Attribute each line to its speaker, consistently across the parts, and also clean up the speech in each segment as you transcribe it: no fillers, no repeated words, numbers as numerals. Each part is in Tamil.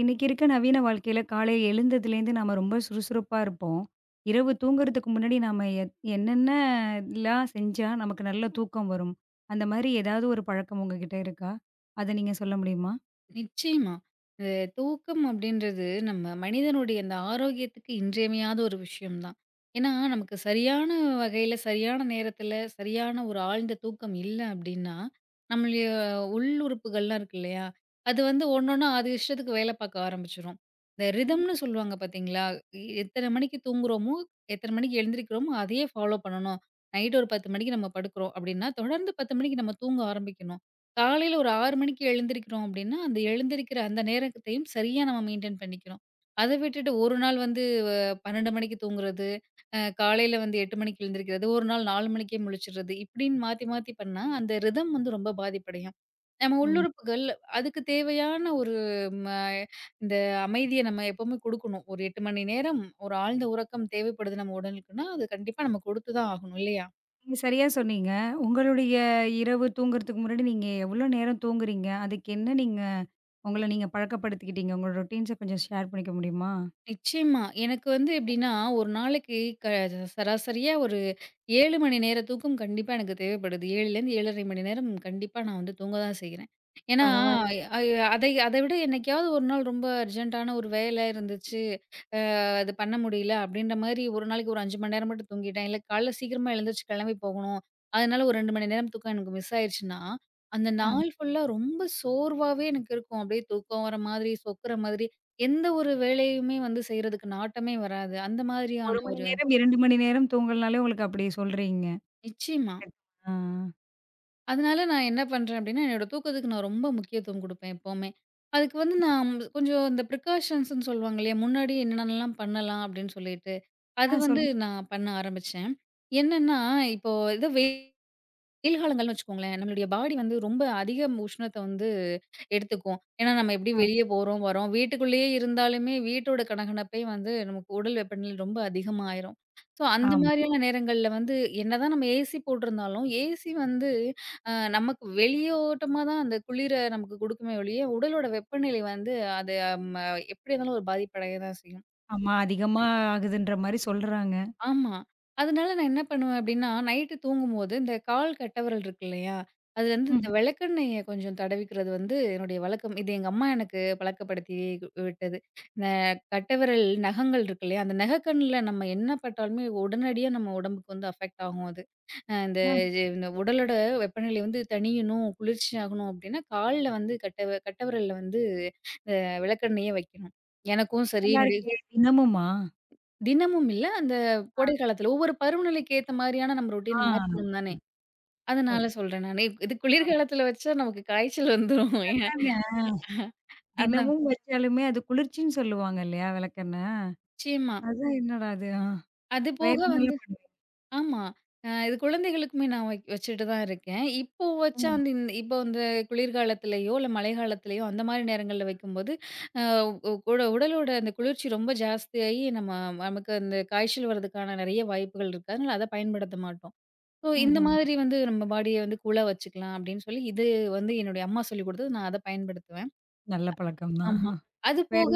Speaker 1: இன்னைக்கு இருக்க நவீன வாழ்க்கையில காலை எழுந்ததுலேருந்து நாம ரொம்ப சுறுசுறுப்பா இருப்போம். இரவு தூங்குறதுக்கு முன்னாடி நாம என்னென்னலாம் செஞ்சா நமக்கு நல்ல தூக்கம் வரும்? அந்த மாதிரி ஏதாவது ஒரு பழக்கம் உங்ககிட்ட இருக்கா? அத நீங்க சொல்ல முடியுமா?
Speaker 2: நிச்சயமா. அ தூக்கம் அப்படின்றது நம்ம மனிதனுடைய அந்த ஆரோக்கியத்துக்கு இன்றியமையாத ஒரு விஷயம் தான். ஏன்னா, நமக்கு சரியான வகையில, சரியான நேரத்தில, சரியான ஒரு ஆழ்ந்த தூக்கம் இல்ல அப்படின்னா, நம்மளுடைய உள் உறுப்புகள்லாம் இருக்கு இல்லையா? அது வந்து ஒன்னொன்னா அது இஷ்டத்துக்கு வேலை பார்க்க ஆரம்பிச்சுரும். இந்த ரிதம்னு சொல்லுவாங்க பார்த்தீங்களா? எத்தன மணிக்கு தூங்குறோமோ, எத்தன மணிக்கு எழுந்திரிக்கிறோமோ, அதையே ஃபாலோ பண்ணணும். நைட் ஒரு 10 மணிக்கு நம்ம படுக்கிறோம் அப்படின்னா, தொடர்ந்து 10 மணிக்கு நம்ம தூங்க ஆரம்பிக்கணும். காலையில ஒரு 6 மணிக்கு எழுந்திரிக்கிறோம் அப்படின்னா, அந்த எழுந்திரிக்கிற அந்த நேரத்தையும் சரியா நம்ம மெயின்டெயின் பண்ணிக்கிறோம். அத விட்டுட்டு ஒரு நாள் வந்து அ 12 மணிக்கு தூங்குறது, காலையில வந்து 8 மணிக்கு எழுந்திரிக்கிறது, ஒரு நாள் 4 மணிக்கே முழிச்சிடுறது, இப்படின்னு மாத்தி மாத்தி பண்ணா அந்த ரிதம் வந்து ரொம்ப பாதிப்படையும். நம்ம
Speaker 1: ம்.
Speaker 2: உள்ளுறுப்புகள் அதுக்கு தேவையான ஒரு ம இந்த அமைதிய நம்ம எப்பவுமே குடுக்கணும். ஒரு 8 மணி நேரம் ஒரு ஆழ்ந்த உறக்கம் தேவைப்படுது நம்ம உடலுக்குன்னா, அது கண்டிப்பா நம்ம குடுத்து தான் ஆகணும் இல்லையா?
Speaker 1: நீங்க சரியா சொன்னீங்க. உங்களுடைய இரவு தூங்குறதுக்கு முன்னாடி நீங்க எவ்வளோ நேரம் தூங்குறீங்க? அதுக்கு என்ன நீங்க உங்கள நீங்க பழக்கப்படுத்திக்கிட்டீங்க? உங்களோட ரொட்டீன்ஸ கொஞ்சம் ஷேர் பண்ணிக்க முடியுமா?
Speaker 2: நிச்சயமா. எனக்கு வந்து எப்படின்னா, ஒரு நாளைக்கு க சராசரியா ஒரு 7 மணி நேர தூக்கம் கண்டிப்பா எனக்கு தேவைப்படுது. 7லேருந்து 7 1/2 மணி நேரம் கண்டிப்பா நான் வந்து தூங்க தான் செய்றேன். ஏன்னா,
Speaker 1: பரவால்ல.
Speaker 2: அ அதை அதை விட என்னைக்காவது ஒரு நாள் ரொம்ப அர்ஜென்ட்டான ஒரு வேலை இருந்துச்சு. அது பண்ண முடியல அப்படின்ற மாதிரி ஒரு நாளைக்கு ஒரு 5 மணி நேரம் மட்டும் தூங்கிட்டேன். இல்ல காலைல சீக்கிரமா எழுந்திரிச்சு கிளம்பி போகணும். அதனால ஒரு 2 மணி நேரம் தூக்கம் எனக்கு மிஸ் ஆயிருச்சுன்னா, அந்த
Speaker 1: அ
Speaker 2: நாள் ஃபுல்லா ரொம்ப சோர்வாவே எனக்கு இருக்கும். அப்படியே தூக்கம் வர மாதிரி, சொக்குற மாதிரி, எந்த ஒரு வேலையுமே வந்து செய்றதுக்கு நாட்டமே வராது. அந்த
Speaker 1: 1
Speaker 2: மாதிரியான
Speaker 1: மணி
Speaker 2: ஒரு
Speaker 1: நேரம், 2 மணி நேரம் தூங்கலனாலே உங்களுக்கு அப்படி சொல்றீங்க.
Speaker 2: நிச்சயமா.
Speaker 1: ஆ.
Speaker 2: அதனால நான் என்ன பண்றேன் அப்படின்னா, என்னோட தூக்கத்துக்கு நான் ரொம்ப முக்கியத்துவம் குடுப்பேன் எப்பவுமே. அதுக்கு வந்து நான் கொஞ்சம் இந்த ப்ரிகாஷன்ஸ்ன்னு சொல்லுவாங்க இல்லையா? முன்னாடி என்னென்னலாம் பண்ணலாம் அப்படின்னு சொல்லிட்டு. அது
Speaker 1: ஆ,
Speaker 2: வந்து
Speaker 1: சொல்லுங்க.
Speaker 2: நான் பண்ண ஆரம்பிச்சேன். என்னன்னா, இப்போ ஏதோ வெயில் வெயில் காலங்கள்னு வச்சுக்கோங்களேன், நம்மளுடைய பாடி வந்து ரொம்ப அதிக உஷ்ணத்த வந்து எடுத்துக்கும். ஏன்னா, நம்ம எப்படி
Speaker 1: ஆ.
Speaker 2: வெளிய போறோம், வரோம். வீட்டுக்குள்ளேயே இருந்தாலுமே வீட்டோட கனகனப்பே வந்து நமக்கு உடல் வெப்பநிலை ரொம்ப அதிகமாயிரும். ஸோ, அந்த
Speaker 1: ஆமா.
Speaker 2: மாதிரியான நேரங்கள்ல வந்து என்னதான் நம்ம ஏசி போட்டிருந்தாலும், ஏசி வந்து நமக்கு வெளியோட்டமா தான் அந்த குளிர நமக்கு குடுக்குமே ஒழிய, உடலோட வெப்பநிலை வந்து அது ம எப்படி இருந்தாலும் ஒரு பாதிப்படைய தான் செய்யும்.
Speaker 1: ஆமா, அதிகமா ஆகுதுன்ற மாரி சொல்றாங்க.
Speaker 2: ஆமா. அதனால நான் என்ன பண்ணுவேன் அப்டின்னா, நைட்டு தூங்கும்போது இந்த கால் கட்டவிரல் இருக்கு இல்லையா? அதுலருந்து இந்த
Speaker 1: ம்.
Speaker 2: விளக்கெண்ணெய கொஞ்சம் தடவிக்கிறது வந்து என்னுடைய வழக்கம். இது எங்க அம்மா எனக்கு பழக்கப்படுத்தி விட்டது. இந்த கட்டவிரல் நகங்கள் இருக்கு இல்லையா? அந்த நகக்கண்ல நம்ம என்ன பட்டாலுமே உடனடியா நம்ம உடம்புக்கு வந்து அஃபெக்ட் ஆகும் அது. அ இந்த
Speaker 1: ஆ,
Speaker 2: இது இந்த உடலோட வெப்பநிலை வந்து தணியணும், குளிர்ச்சியாகணும் அப்டின்னா, கால்ல வந்து கட்டவிரல்ல வந்து இந்த விளக்கெண்ணெய வைக்கணும். எனக்கும் சரி
Speaker 1: நல்லா
Speaker 2: என்னுடைய
Speaker 1: இருக்கே! தினமுமா?
Speaker 2: தினமும் இல்ல. அந்த கோடை காலத்துல ஒவ்வொரு பருவநிலைக்கு ஏத்த மாரியான நம்ம ரொட்டீன
Speaker 1: ஆ.
Speaker 2: மாத்தணும் தானே!
Speaker 1: ஓகே.
Speaker 2: அதனால சொல்றேன் நானு. இது குளிர்காலத்துல வச்சா நமக்கு காய்ச்சல் வந்துரும். ஏன்
Speaker 1: அதானே.
Speaker 2: அதான்
Speaker 1: தினமும் வச்சாலுமே அது குளிர்ச்சின்னு சொல்லுவாங்க இல்லையா விளக்கெண்ண?
Speaker 2: நிச்சயமா.
Speaker 1: அதான் என்னடா அது? ஆ.
Speaker 2: அது
Speaker 1: வேற
Speaker 2: போக வந்து
Speaker 1: என்னலாம் பண்ணுவீங்க?
Speaker 2: ஆமா. இது குழந்தைகளுக்குமே நான் வச்சுட்டு தான் இருக்கேன். இப்போ வச்சா
Speaker 1: ம்.
Speaker 2: வந்து இந்த இப்போ இந்த குளிர்காலத்துலயோ, இல்ல மழைக்காலத்துலயோ அந்த மாரி நேரங்கள்ல வைக்கும்போது, அ உ உட உடலோட அந்த குளிர்ச்சி ரொம்ப ஜாஸ்தியாகி நமக்கு அந்த காய்ச்சல் வர்றதுக்கான நெறைய வாய்ப்புகள் இருக்கு. அதனால அத பயன்படுத்த மாட்டோம். ஸோ, இந்த
Speaker 1: ம்ஹ்ம்.
Speaker 2: மாதிரி வந்து நம்ம பாடிய வந்து குழ வச்சுக்கலாம் அப்படின்னு சொல்லி, இது வந்து என்னுடைய அம்மா சொல்லிக் குடுத்தது. நான் அத பயன்படுத்துவேன்.
Speaker 1: நல்ல பழக்கம் தான்.
Speaker 2: ஆமா. அது
Speaker 1: வேற.
Speaker 2: போக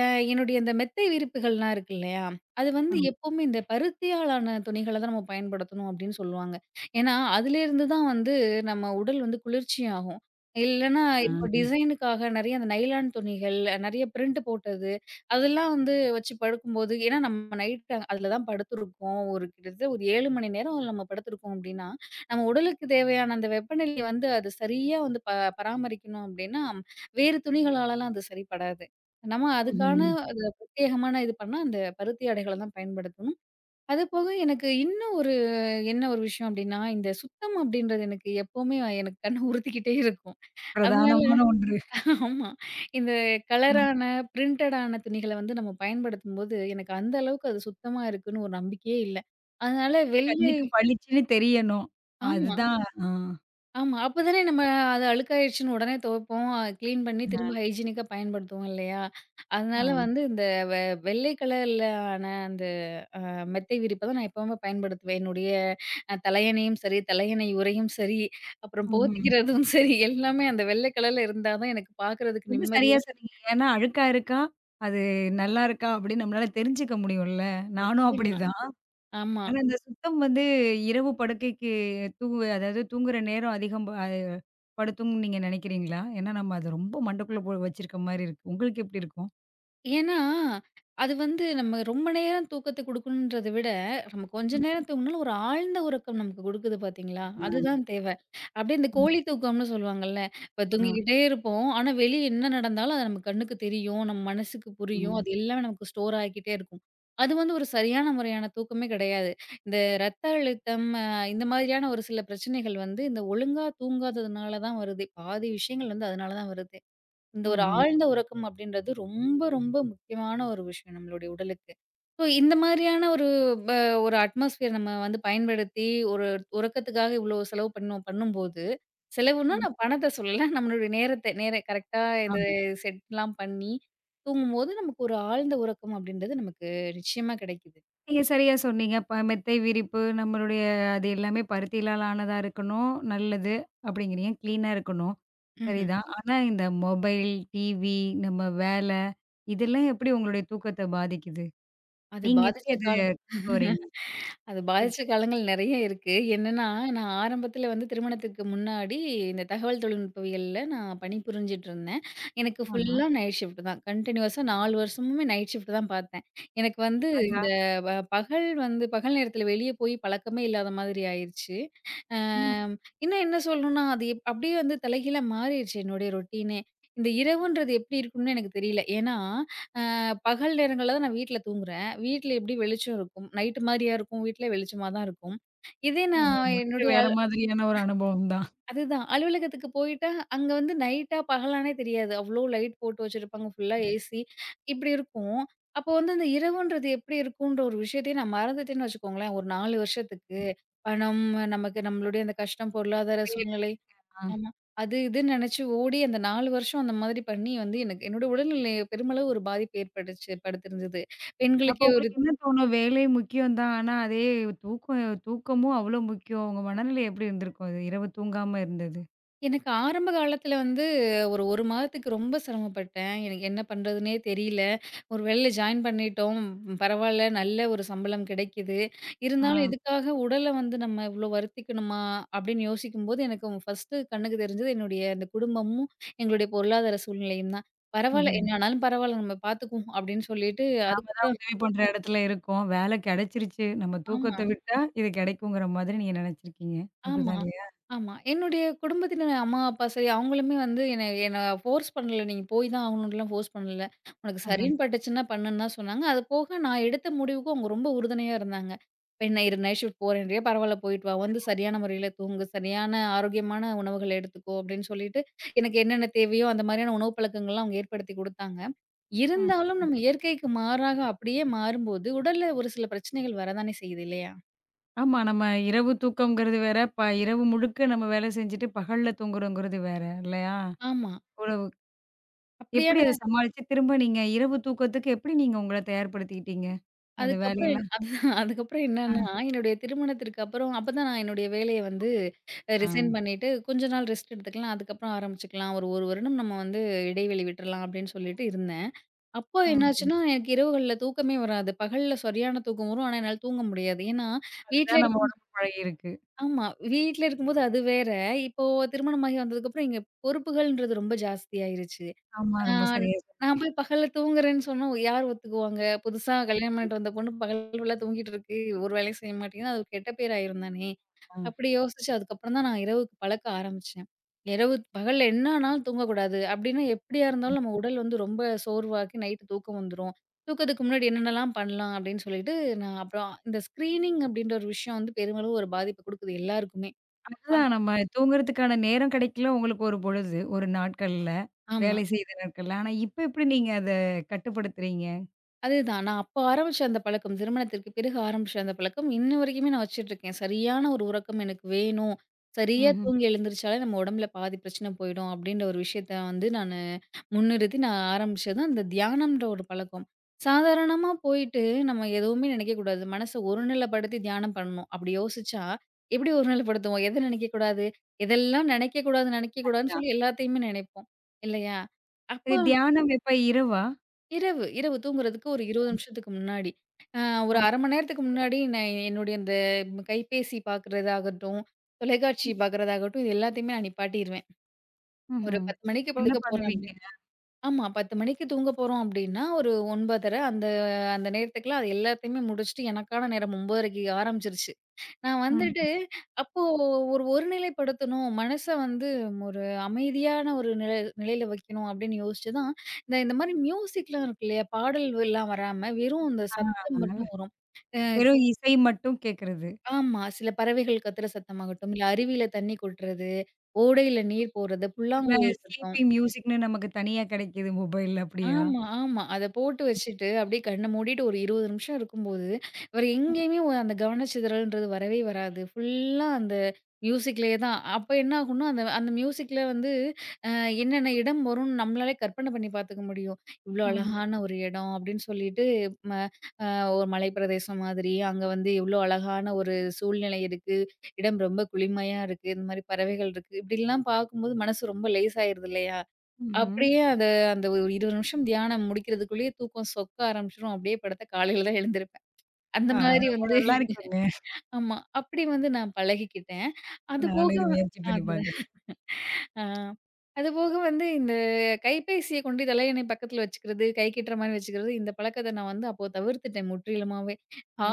Speaker 2: அ என்னுடைய இந்த மெத்தை விரிப்புகள்லாம் இருக்கு இல்லையா? அது வந்து
Speaker 1: ஆமா.
Speaker 2: எப்பவுமே இந்த பருத்தியாலான துணிகள தான் நம்ம பயன்படுத்தணும் அப்படின்னு சொல்லுவாங்க. ஏன்னா, அதிலேருந்து தான் வந்து நம்ம உடல் வந்து குளிர்ச்சியாகும். இல்லன்னா
Speaker 1: ஆ.
Speaker 2: இப்போ
Speaker 1: ம்ஹ்ம்.
Speaker 2: டிசைனுக்காக நெறைய அந்த நைலான் துணிகள், நெறைய பிரிண்ட் போட்டது, அதெல்லாம் வந்து வச்சு படுக்கும்போது ஏன்னா நம்ம நைட் அதில தான் படுத்துருக்கோம். ஒரு கிட்டத்தட்ட ஒரு 7 மணி நேரம் அதில நம்ம படுத்துருக்கோம் அப்படின்னா, நம்ம உடலுக்கு தேவையான அந்த வெப்பநிலைய வந்து அது சரியா வந்து பராமரிக்கணும் அப்படின்னா வேறு துணிகளாலலாம் அது சரிப்படாது. நம்ம அதுக்கான
Speaker 1: ம்.
Speaker 2: அது பிரத்யேகமான இது பண்ணா, அந்த பருத்தி ஆடைகள தான் பயன்படுத்தணும். அதுபோக எனக்கு இன்னும் ஒரு என்ன ஒரு விஷயம் அப்டின்னா, இந்த சுத்தம் அப்டின்றது எனக்கு எப்பவுமே எனக்கு கண்ண உறுத்திக்கிட்டே இருக்கும். அதனால
Speaker 1: பிரதானமான ஒன்று.
Speaker 2: ஆமா. இந்த
Speaker 1: ஆ.
Speaker 2: கலரான, பிரிண்டடான துணிகள வந்து நம்ம பயன்படுத்தும்போது, எனக்கு அந்த அளவுக்கு அது சுத்தமா இருக்குன்னு ஒரு நம்பிக்கையே இல்ல. அதனால வெள்ளை
Speaker 1: கண்ணுக்கு பளிச்சுன்னு தெரியணும்.
Speaker 2: ஆமா.
Speaker 1: அதுதான். ஆ.
Speaker 2: ஆமா. அப்ப தானே நம்ம அது அழுக்காயிருச்சுன்னு உடனே துவைப்போம். கிளீன் பண்ணி திரும்ப
Speaker 1: ஆ.
Speaker 2: ஹைஜீனிக்கா பயன்படுத்துவோம் இல்லையா?
Speaker 1: ஆ.
Speaker 2: அதனால வந்து இந்த வெ வெள்ளை கலர்ல ஆன அந்த மெத்தை விரிப்ப தான் நான் எப்பவுமே பயன்படுத்துவேன். என்னுடைய தலையணையும் சரி, தலையணை உறையும் சரி, அப்புறம்
Speaker 1: ம்ஹ்ம்.
Speaker 2: போத்திக்கிறதும் சரி எல்லாமே அந்த வெள்ளை கலர்ல இருந்தா தான் எனக்கு பார்க்கறதுக்கு
Speaker 1: ரொம்ப சரியா
Speaker 2: நிம்மதியா
Speaker 1: சொன்னீங்க. ஏன்னா, அழுக்கா இருக்கா? அது நல்லா இருக்கா? அப்படின்னு நம்மளால தெரிஞ்சுக்க முடியும்ல. நானும்
Speaker 2: நிச்சயமா.
Speaker 1: அப்படிதான்.
Speaker 2: ஆமா.
Speaker 1: ஆனா, இந்த சுத்தம் வந்து இரவு படுக்கைக்கு தூங்கு, அதாவது தூங்குற நேரம் அதிகம் அது படுத்தும்ன்னு நீங்க நினைக்கிறீங்களா? ஏன்னா, நம்ம அத ரொம்ப மண்டக்குள்ள வச்சிருக்க மாரி இருக்கு. உங்களுக்கு எப்படி இருக்கும்?
Speaker 2: ஏன்னா, அது வந்து நம்ம ரொம்ப நேரம் தூக்கத்த குடுக்கணுன்றத விட, நம்ம கொஞ்ச
Speaker 1: ம்.
Speaker 2: நேரம் தூங்குனாலும் ஒரு ஆழ்ந்த உறக்கம் நமக்கு குடுக்குது பார்த்தீங்களா?
Speaker 1: ஆ.
Speaker 2: அதுதான் தேவை. அப்படியே இந்த
Speaker 1: ம்.
Speaker 2: கோழி தூக்கம்னு சொல்லுவாங்கல்ல, இப்ப
Speaker 1: ஆ.
Speaker 2: தூங்கிக்கிட்டே இருப்போம். ஆனா, வெளிய என்ன நடந்தாலும் அது நம்ம கண்ணுக்கு தெரியும், நம்ம மனசுக்கு புரியும்.
Speaker 1: ம்.
Speaker 2: அது எல்லாமே நமக்கு ஸ்டோர் ஆகிக்கிட்டே இருக்கும். அது வந்து ஒரு சரியான முறையான தூக்கமே கிடையாது. இந்த ரத்த அழுத்தம், இந்த மாதிரியான ஒரு சில பிரச்சனைகள் வந்து இந்த ஒழுங்கா தூங்காததுனால தான் வருதே. பாதி விஷயங்கள் வந்து அதனால தான் வருது. இந்த ஒரு
Speaker 1: ம்ஹ்ம்.
Speaker 2: ஆழ்ந்த உறக்கம் அப்படின்றது ரொம்ப ரொம்ப முக்கியமான ஒரு விஷயம் நம்மளுடைய உடலுக்கு. ஸோ இந்த மாதிரியான ஒரு ப ஒரு அட்மாஸ்பியர் நம்ம வந்து பயன்படுத்தி ஒரு உறக்கத்துக்காக இவ்வளோ செலவு பண்ணோம் பண்ணும்போது, செலவுன்னா
Speaker 1: ம்.
Speaker 2: நான் பணத்த சொல்லல. நம்மளுடைய நேரத்த நேர கரெக்ட்டா இந்த செட்லாம் பண்ணி தூங்கும்போது நமக்கு ஒரு ஆழ்ந்த உறக்கம் அப்படின்றது நமக்கு நிச்சயமா கிடைக்குது.
Speaker 1: நீங்க சரியா சொன்னீங்க. மெத்தை விரிப்பு நம்மளுடைய அது எல்லாமே பருத்தியிலால் ஆனதா இருக்கணும், நல்லது அப்படிங்கிறீங்க. கிளீனா இருக்கணும்.
Speaker 2: ம்ஹ்ம்.
Speaker 1: சரிதான். ஆனா இந்த மொபைல், டிவி, நம்ம வேலை, இதெல்லாம் எப்படி உங்களுடைய தூக்கத்த பாதிக்குது?
Speaker 2: அது
Speaker 1: நீங்க எப்படி
Speaker 2: பாதிச்ச
Speaker 1: அது
Speaker 2: கால
Speaker 1: கொண்டு வரீங்க?
Speaker 2: அது பாதிச்ச காலங்கள் நெறைய இருக்கு. என்னன்னா, நான் ஆரம்பத்தில வந்து திருமணத்துக்கு முன்னாடி இந்த தகவல் தொழில்நுட்பவியல்ல நான் பணிபுரிஞ்சுட்டுருந்தேன். எனக்கு
Speaker 1: ஆமா.
Speaker 2: ஃபுல்லா நைட் ஷிஃப்ட் தான். கன்டினியூஸா 4 வருஷமுமே நைட் ஷிஃப்ட் தான் பார்த்தேன். எனக்கு வந்து
Speaker 1: அடடா!
Speaker 2: இந்த பகல் நேரத்தில வெளிய போய் பழக்கமே இல்லாத மாதிரி ஆயிருச்சு.
Speaker 1: ம்.
Speaker 2: அம் இன்னும் என்ன சொல்லணும்னா, அது அப்படியே வந்து தலைகீழா மாறிடுச்சு என்னுடைய ரொட்டீனே. இந்த இரவுன்றது எப்படி இருக்கும்னு எனக்கு தெரியல. ஏன்னா, அ பகல் நேரங்கள்ல தான் நான் வீட்ல தூங்குறேன். வீட்ல எப்படி வெளிச்சம் இருக்கும்? நைட்டு மாரியா இருக்கும்? வீட்ல வெளிச்சமா தான் இருக்கும். இதே நான்
Speaker 1: அது முற்றிலும்
Speaker 2: என்னுடைய
Speaker 1: வேற மாதிரியான ஒரு அனுபவம் தான்.
Speaker 2: அதுதான். அலுவலகத்துக்கு போயிட்டா, அங்க வந்து நைட்டா, பகலான்னே தெரியாது. அவ்ளோ லைட் போட்டு வச்சிருப்பாங்க. ஃபுல்லா ஏசி. இப்டி இருக்கும். அப்போ வந்து அந்த இரவுன்றது எப்டி இருக்குன்ற ஒரு விஷயத்தையே நான் மறந்துட்டேன்னு வச்சுக்கோங்களேன். ஒரு 4 வருஷத்துக்கு. பணம், நமக்கு நம்மளுடைய அந்த கஷ்டம், பொருளாதார
Speaker 1: வேலை.
Speaker 2: சூழ்நிலை.
Speaker 1: ஆ.
Speaker 2: ஆமா. அது இதுன்னு நெனச்சு ஓடி அந்த 4 வருஷம் அந்த மாதிரி பண்ணி வந்து எனக்கு என்னோட உடல்நிலை பெருமளவு ஒரு பாதிப்பு ஏற்பட்டுச்சு படுத்திருந்தது.
Speaker 1: அப்போ
Speaker 2: பெண்களுக்கே ஒரு
Speaker 1: உங்களுக்கு என்ன தோணும்? வேலை முக்கியம் தான். ஆனா அதே தூக்கம், தூக்கமும் அவ்வளோ முக்கியம். உங்க மனநிலை எப்படி இருந்திருக்கும்? அது இரவு தூங்காம இருந்தது?
Speaker 2: எனக்கு ஆரம்ப காலத்துல வந்து ஒரு 1 மாதத்துக்கு ரொம்ப சிரமப்பட்டேன். எனக்கு என்ன பண்றதுன்னே தெரியல. ஒரு வேலையில ஜாயின் பண்ணிட்டோம். பரவால்ல நல்ல ஒரு சம்பளம் கிடைக்குது.
Speaker 1: ஆ.
Speaker 2: இருந்தாலும் இதுக்காக உடல வந்து நம்ம இவ்ளோ வருத்திக்கணுமா? அப்படின்னு யோசிக்கும்போது எனக்கு ஃபர்ஸ்ட்டு கண்ணுக்கு தெரிஞ்சது என்னுடைய அந்த குடும்பமும், எங்களுடைய பொருளாதார சூழ்நிலையும் தான். பரவால்ல
Speaker 1: ம்ஹ்ம்.
Speaker 2: என்ன ஆனாலும் பரவால்ல நம்ம பார்த்துக்குவோம் அப்படின்னு சொல்லிட்டு
Speaker 1: நம்ம தான்
Speaker 2: அதுக்கப்புறம்
Speaker 1: உதவி பண்ற இடத்துல இருக்கோம். வேலை கிடைச்சிருச்சு. நம்ம
Speaker 2: ஆமா.
Speaker 1: தூக்கத்த விட்டா இது கிடைக்குங்கிற மாதிரி நீங்க நினைச்சிருக்கீங்க.
Speaker 2: ஆமா.
Speaker 1: அப்படிதான் இல்லையா?
Speaker 2: ஆமா. என்னுடைய குடும்பத்தினர் அம்மா, அப்பா சரி அவங்களுமே வந்து என்ன என்ன ஃபோர்ஸ் பண்ணல. நீங்க போய் தான் ஆகணுன்ட்டுலாம் ஃபோர்ஸ் பண்ணல. உனக்கு ம்.
Speaker 1: ஆஹா.
Speaker 2: சரின்னு பட்டுச்சுன்னா பண்ணுன்னு தான் சொன்னாங்க. அது போக நான் எடுத்த முடிவுக்கு அவங்க ரொம்ப உறுதுணையா இருந்தாங்க. இப்ப என்ன இரு நைட் ஷிஃப்ட் போறேன்றியே பரவால்ல போயிட்டு வா. வந்து சரியான முறையில தூங்கு. சரியான ஆரோக்கியமான உணவுகள எடுத்துக்கோ அப்படின்னு சொல்லிட்டு, எனக்கு என்னென்ன தேவையோ அந்த மாதிரியான உணவு பழக்கங்கள்லாம் அவங்க ஏற்படுத்தி குடுத்தாங்க.
Speaker 1: ம்.
Speaker 2: இருந்தாலும் நம்ம இயற்கைக்கு மாறாக அப்படியே மாறும்போது, உடல்ல ஒரு சில பிரச்சனைகள் வரதானே செய்யுது இல்லையா?
Speaker 1: ஆமா. நம்ம இரவு தூக்கம்ங்கிறது வேற, இரவு முழுக்க நம்ம வேலை செஞ்சுட்டு பகல்ல தூங்குறோங்கிறது வேற இல்லையா?
Speaker 2: ஆமா.
Speaker 1: இவ்வளவு
Speaker 2: அப்படியா
Speaker 1: எப்படி அத சமாளிச்சு திரும்ப நீங்க இரவு தூக்கத்துக்கு எப்படி நீங்க உங்கள தயார்படுத்திக்கிட்டீங்க? அந்த
Speaker 2: அதுக்கப்புறம் என்
Speaker 1: வேலையெல்லாம்.
Speaker 2: அதுதான் அதுக்கப்புறம் என்னன்னா, என்னுடைய திருமணத்திற்கு அப்புறம் அப்பதான் நான் என்னுடைய வேலைய வந்து
Speaker 1: ஆஹா.
Speaker 2: ரிசைன் பண்ணிட்டு, கொஞ்ச நாள் ரெஸ்ட் எடுத்துக்கலாம். அதுக்கப்புறம் ஆரம்பிச்சுக்கலாம். ஒரு 1 வருடம் நம்ம வந்து இடைவெளி விட்டுறலாம் அப்படின்னு சொல்லிட்டு இருந்தேன். அப்போ
Speaker 1: ம்.
Speaker 2: என்னாச்சுன்னா, எனக்கு இரவுகள்ல தூக்கமே வராது. பகல்ல சரியான தூக்கம் வரும். ஆனா, என்னால தூங்க முடியாது. ஏன்னா, வீட்ல
Speaker 1: அதுதான் நம்ம
Speaker 2: இருக்
Speaker 1: உடம்பு பழகியிருக்கு.
Speaker 2: ஆமா. வீட்ல இருக்கும்போது அது வேற. இப்போ திருமணமாகி வந்ததுக்கப்புறம் இங்க பொறுப்புகள்ன்றது ரொம்ப ஜாஸ்தியாயிருச்சு.
Speaker 1: ஆமா.
Speaker 2: ஆ
Speaker 1: ரொம்ப சரியா
Speaker 2: நான் போய் பகல்ல தூங்குறேன்னு சொன்னா யார் ஒத்துக்குவாங்க? புதுசா கல்யாணம் பண்ணிட்டு வந்த பொண்ணு பகல் ஃபுல்லா தூங்கிட்டு இருக்கு. ஒரு வேலையும் செய்ய மாட்டேங்குதுன்னா, அது ஒரு கெட்ட பேர் ஆயிரும் தானே!
Speaker 1: சொன்ன.
Speaker 2: அப்படி யோசிச்சு அதுக்கப்புறம் தான் நான் இரவுக்கு பழக்க ஆரம்பிச்சேன். இரவு பகல்ல என்ன ஆனாலும் தூங்கக்கூடாது. அப்படின்னா எப்படியா இருந்தாலும் நம்ம உடல் வந்து ரொம்ப சோர்வாக்கி நைட்டு தூக்கம் வந்துரும். தூக்கத்துக்கு முன்னாடி என்னென்னலாம் பண்ணலாம் அப்படின்னு சொல்லிட்டு நான் அப்புறம் இந்த ஸ்க்ரீனிங் அப்படின்ற ஒரு விஷயம் வந்து பெருமளவு ஒரு பாதிப்பு குடுக்குது எல்லாருக்குமே. ஆ.
Speaker 1: அதுதான் நம்ம தூங்குறதுக்கான நேரம் கிடைக்கல உங்களுக்கு ஒரு பொழுது, ஒரு நாட்கள்ல.
Speaker 2: ஆமா.
Speaker 1: வேலை செய்த நாட்கள்ல. ஆனா இப்ப எப்படி நீங்க அத கட்டுப்படுத்துறீங்க?
Speaker 2: அதுதான். நான் அப்ப ஆரம்பிச்ச அந்த பழக்கம், திருமணத்திற்கு பிறகு ஆரம்பிச்ச அந்த பழக்கம், இன்ன வரைக்குமே நான் வச்சுட்டுருக்கேன். சரியான ஒரு உறக்கம் எனக்கு வேணும். சரியா
Speaker 1: ம்ஹ்ம்.
Speaker 2: தூங்கி எழுந்திரிச்சாலே நம்ம உடம்புல பாதி பிரச்சனை போயிடும், அப்படின்ற ஒரு விஷயத்த வந்து நானு முன்னிறுத்தி நான் ஆரம்பிச்சது அந்த தியானம்ன்ற ஒரு பழக்கம். சாதாரணமா போயிட்டு நம்ம எதுவுமே நினைக்கக்கூடாது. மனச ஒருநிலைப்படுத்தி தியானம் பண்ணணும். அப்படி யோசிச்சா, எப்படி ஒருநிலைப்படுத்துவோம்? எத நினைக்கக்கூடாது? எதெல்லாம் நினைக்கக்கூடாதுன்னு
Speaker 1: அதான்.
Speaker 2: சொல்லி எல்லாத்தையுமே நினைப்போம். இல்லையா? அப்போ
Speaker 1: இது தியானம் எப்ப இரவா?
Speaker 2: இரவு தூங்குறதுக்கு ஒரு 20 நிமிஷத்துக்கு முன்னாடி. அ
Speaker 1: அ
Speaker 2: ஒரு 1/2 மணி நேரத்துக்கு முன்னாடி நான் என்னுடைய அந்த கைபேசி பார்க்குறதாகட்டும், தொலைக்காட்சி பார்க்குறதாகட்டும், இது எல்லாத்தையுமே நான் நிப்பாட்டிருவேன். ஒரு
Speaker 1: ம்ஹ்ம்.
Speaker 2: 10 மணிக்கு
Speaker 1: என்ன
Speaker 2: படுக்க போறேன்
Speaker 1: பண்ணுவீங்க?
Speaker 2: அப்டி ஆமா 10 மணிக்கு தூங்க போறோம் அப்டின்னா, ஒரு 9:30 அந்த அந்த நேரத்துக்குலாம் அது எல்லாத்தையுமே முடிச்சுட்டு எனக்கான நேரம் 9:30க்கு ஆரம்பிச்சுருச்சு. நான் ம்.
Speaker 1: ம்.
Speaker 2: வந்துட்டு, அப்போ ஒரு ஒருநிலைப்படுத்தணும். மனச வந்து ஒரு அமைதியான ஒரு நிலையில வைக்கணும் அப்படின்னு யோசிச்சு தான், இந்த இந்த மாரி மியூசிக்லாம் இருக்கு இல்லையா? பாடல்கள்லாம் வராம, வெறும் இந்த
Speaker 1: ஆ,
Speaker 2: சத்தம் மட்டும் வரும். அ
Speaker 1: வெறும் இசை மட்டும் கேட்கறது.
Speaker 2: ஆமா. சில பறவைகள் கத்துற சத்தமாகட்டும், இல்ல அருவியில தண்ணி கொட்டுறது, ஓடையில நீர் போறது,
Speaker 1: ஃபுல்லா
Speaker 2: புல்லாங்குழல் சத்தம்.
Speaker 1: ஸ்லீப்பிங் மியூசிக்ன்னு நமக்கு தனியா கிடைக்குது மொபைல்ல அப்படியா?
Speaker 2: ஆமா. அத போட்டு வச்சுட்டு, அப்படியே கண்ண மூடிட்டு ஒரு 20 நிமிஷம் இருக்கும்போது, வேற எங்கேயுமே அந்த கவனச்சிதறல்ன்றது வரவே வராது. ஃபுல்லா அந்த மியூசிக்லயே தான். அப்ப என்ன ஆகும்னா, அந்த அந்த மியூசிக்ல வந்து அ என்னென்ன இடம் வரும்னு நம்மளாலே கற்பனை பண்ணி பார்த்துக்க முடியும். "இவ்ளோ
Speaker 1: ம்ஹ்ம்.
Speaker 2: அழகான ஒரு இடம்" அப்படின்னு சொல்லிட்டு, ம அ ஒரு மலைப்பிரதேசம் மாதிரி, அங்க வந்து இவ்ளோ அழகான ஒரு சூழ்நிலை இருக்கு, இடம் ரொம்ப குளிமையா இருக்கு, இந்த மாரி பறவைகள் இருக்கு, இப்படிலாம் பார்க்கும்போது மனசு ரொம்ப லேசாயிருது இல்லையா?
Speaker 1: ம்ஹ்ம்.
Speaker 2: அப்படியே அத அந்த ஒரு 20 நிமிஷம் தியானம் முடிக்கிறதுக்குள்ளேயே தூக்கம் சொக்க ஆரம்பிச்சுரும். அப்படியே படுத்தா காலையில தான் எழுந்திருப்பேன். அந்த
Speaker 1: ஆஹா,
Speaker 2: மாதிரி
Speaker 1: ரொம்ப
Speaker 2: வந்து
Speaker 1: நல்லா இருக்குங்க.
Speaker 2: ஆமா. அப்படி வந்து நான் பழகிக்கிட்டேன்.
Speaker 1: நானும்
Speaker 2: அதுபோக
Speaker 1: இத முயற்சி பண்ணி
Speaker 2: அது போக
Speaker 1: பார்க்குறேன்.
Speaker 2: ஆ. அதுபோக வந்து இந்த கைபேசிய கொண்டு தலையணை பக்கத்துல வச்சுக்கிறது, கை கெட்டுற மாரி வச்சுக்கிறது, இந்த பழக்கத்த நான் வந்து அப்போ தவிர்த்துட்டேன் முற்றிலுமாவே.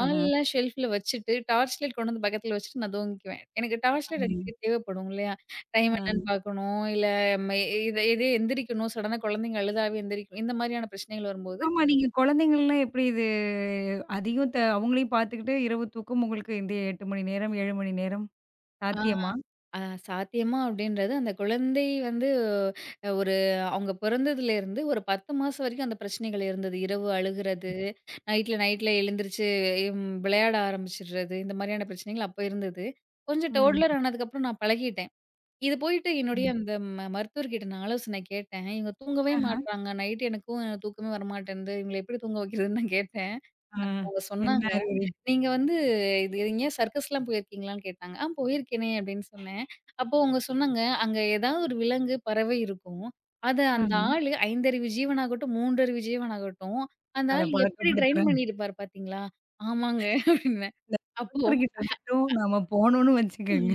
Speaker 1: ஆஹா.
Speaker 2: ஷெல்ஃப்ல வச்சுட்டு, டார்ச் லைட் கொண்டு வந்து பக்கத்துல வச்சுட்டு நான் தூங்கிக்குவேன். எனக்கு டார்ச் லைட்
Speaker 1: ம்.
Speaker 2: அடிக்கடி தேவைப்படும் இல்லையா? டைம்
Speaker 1: ம்.
Speaker 2: என்னன்னு பார்க்கணும், இல்ல ம இத இது எந்திரிக்கணும், சடனா குழந்தைங்க அழுதாவே எந்திரிக்கணும், இந்த மாரியான பிரச்சனைகள் வரும்போது
Speaker 1: ஆமா. நீங்க குழந்தைங்கள்லாம் எப்படி இது அதையும் அவங்களையும் பார்த்துக்கிட்டு இரவு தூக்கம் உங்களுக்கு இந்த 8 மணி நேரம், 7 மணி நேரம்
Speaker 2: ஆ.
Speaker 1: சாத்தியமா?
Speaker 2: அ சாத்தியமா அப்படின்றது, அந்த குழந்தை வந்து அ ஒரு அவங்க பிறந்ததுலேருந்து ஒரு 10 மாசம் வரைக்கும் அந்த பிரச்சனைகள் இருந்தது. இரவு அழுகுறது, நைட்ல நைட்ல எழுந்திரிச்சு விளையாட ஆரம்பிச்சுடுறது, இந்த மாதிரியான பிரச்சனைகள் அப்ப இருந்தது. கொஞ்சம் ம்.
Speaker 1: ம்,
Speaker 2: டோட்லர் ஆனதுக்கப்புறம் நான் பழகிட்டேன். இது போயிட்டு என்னுடைய
Speaker 1: ம்.
Speaker 2: அந்த மருத்துவர்கிட்ட நான் ஆலோசனை கேட்டேன். இவங்க தூங்கவே ம்.
Speaker 1: ஆஹா.
Speaker 2: மாட்றாங்க. நைட் எனக்கும் தூக்கமே வரமாட்டேன்து. இவங்கள எப்படி தூங்க வைக்கிறதுன்னு நான் கேட்டேன்.
Speaker 1: ஆ.
Speaker 2: அவங்க
Speaker 1: என்ன
Speaker 2: சொன்னாங்க.
Speaker 1: அறிகுறி?
Speaker 2: "நீங்க வந்து இது எங்கேயாவது சர்க்கஸ்லாம் போயிருக்கீங்களான்னு?" கேட்டாங்க. "ஆ போயிருக்கேனே" அப்படின்னு சொன்னேன். அப்போ அவங்க சொன்னாங்க, "அங்க ஏதாவது ஒரு விலங்கு, பறவை இருக்கும். அத அந்த
Speaker 1: ஆமா.
Speaker 2: ஆளு 5 அறிவு ஜீவனாகட்டும், 3 அறிவு ஜீவனாகட்டும், அந்த
Speaker 1: அத
Speaker 2: ஆள் எப்படி ட்ரெயின்
Speaker 1: பழக்கப்படுத்துறாங்க.
Speaker 2: பண்ணியிருப்பார் பார்த்தீங்களா?" "ஆமாங்க" அப்படின்னேன்.
Speaker 1: இந்த
Speaker 2: அப்போ
Speaker 1: டாக்டர்கிட்ட மட்டும் நாம போனோம்னு வச்சுக்கோங்க.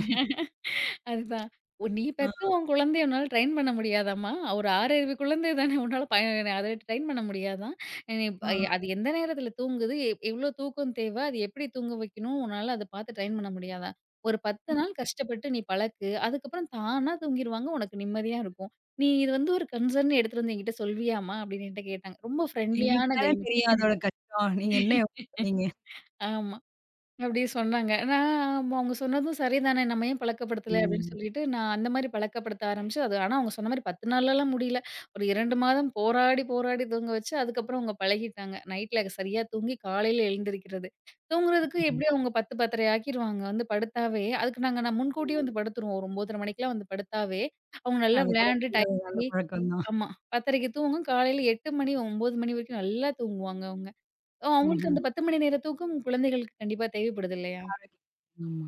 Speaker 2: அதுதான். ஒ நீ
Speaker 1: ஆ,
Speaker 2: பெத்து உன் குழந்தைய உன்னால ட்ரெயின் பண்ண முடியாதாம்மா? ஒரு 6 அறிவு குழந்தை தானே உன்னால அத ட்ரெயின் பண்ண முடியாதாம்.
Speaker 1: ஆ.
Speaker 2: அது எந்த நேரத்தில தூங்குது? எவ்ளோ தூக்கம் தேவை? அது எப்படி தூங்க வைக்கணும்? உன்னால அத பார்த்து ட்ரெயின் பண்ண முடியாதா? ஒரு 10 நாள் கஷ்டப்பட்டு நீ பழக்கு. அதுக்கப்புறம் தானா தூங்கிருவாங்க. உனக்கு நிம்மதியா இருக்கும். நீ இது வந்து ஒரு கன்சர்ன் எடுத்துட்டு வந்து என்கிட்ட சொல்வியாம்மா? அப்படின்னு என்கிட்ட கேட்டாங்க. ரொம்ப
Speaker 1: எங்களுக்கு
Speaker 2: ஃப்ரெண்ட்லியான
Speaker 1: தானே
Speaker 2: கைனீக்கு.
Speaker 1: தெரியும் அதோட கஷ்டம். நீங்க என்ன யோசிச்சு பண்ணீங்க?
Speaker 2: ஆமா. அப்படி சொன்னாங்க. நான் ஆமா அவங்க சொன்னதும் சரிதானே, நம்ம ஏன் பழக்கப்படுத்தல அப்படின்னு
Speaker 1: ம்.
Speaker 2: சொல்லிட்டு, நான் அந்த மாரி பழக்கப்படுத்த ஆரம்பிச்சு, அது ஆனா அவங்க சொன்ன மாரி 10 நாள்லலாம் முடியல. ஒரு 2 மாதம் போராடி தூங்க வச்சு, அதுக்கப்புறம் அவங்க பழகிட்டாங்க. நைட்ல சரியா தூங்கி காலையில எழுந்திரிக்கிறது. தூங்குறதுக்கு எப்படியும்
Speaker 1: ம்.
Speaker 2: அவங்க 10, 10:30 ஆக்கிருவாங்க வந்து படுத்தாவே. அதுக்கு நான் முன்கூட்டியே வந்து படுத்துருவோம். ஒரு 9:30 மணிக்கெல்லாம் வந்து படுத்தாவே, அவங்க நல்லா
Speaker 1: அது கூட
Speaker 2: விளையாண்டு
Speaker 1: நல்ல
Speaker 2: டயர்ட்
Speaker 1: நல்ல
Speaker 2: ஆகி
Speaker 1: பழக்கம் தான்.
Speaker 2: ஆமா. 10:30க்கு தூங்கும். காலையில 8 மணி, 9 மணி வரைக்கும் நல்லா தூங்குவாங்க அவங்க. அவங்களுக்கு
Speaker 1: ம்ஹ்ம்.
Speaker 2: அந்த 10 மணி நேர தூக்கம் குழந்தைகளுக்கு கண்டிப்பா தேவைப்படுது இல்லையா?
Speaker 1: ஆமா.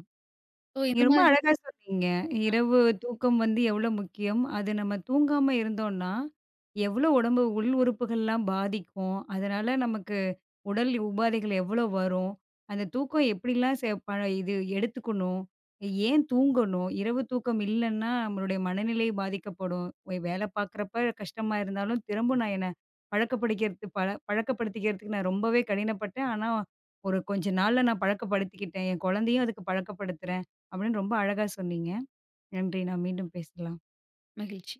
Speaker 2: ஓ!
Speaker 1: நீங்க
Speaker 2: இந்த
Speaker 1: ரொம்ப
Speaker 2: மாரி
Speaker 1: அழகா சொன்னீங்க. இரவு தூக்கம் வந்து எவ்வளோ முக்கியம்? அது நம்ம தூங்காம இருந்தோம்னா, எவ்வளோ உடம்பு உள் உறுப்புகள்லாம் பாதிக்கும்? அதனால நமக்கு உடல் உபாதைகள் எவ்வளோ வரும்? அந்த தூக்கம் எப்படிலாம் செ ப இது எடுத்துக்கணும்? ஏன் தூங்கணும்? இரவு தூக்கம் இல்லன்னா நம்மளுடைய மனநிலை பாதிக்கப்படும். வேலை பார்க்குறப்ப கஷ்டமா இருந்தாலும், திரும்ப நான் என்ன பழக்கப்படுத்திக்கிறது, பழக்கப்படுத்திக்கிறதுக்கு நான் ரொம்பவே கடினப்பட்டேன். ஆனா, ஒரு கொஞ்ச நாள்ல நான் பழக்கப்படுத்திக்கிட்டேன். என் குழந்தையும் அதுக்கு பழக்கப்படுத்துறேன். அப்படின்னு ரொம்ப அழகா சொன்னீங்க. நன்றி. நாம் மீண்டும் பேசலாம்.
Speaker 2: மகிழ்ச்சி.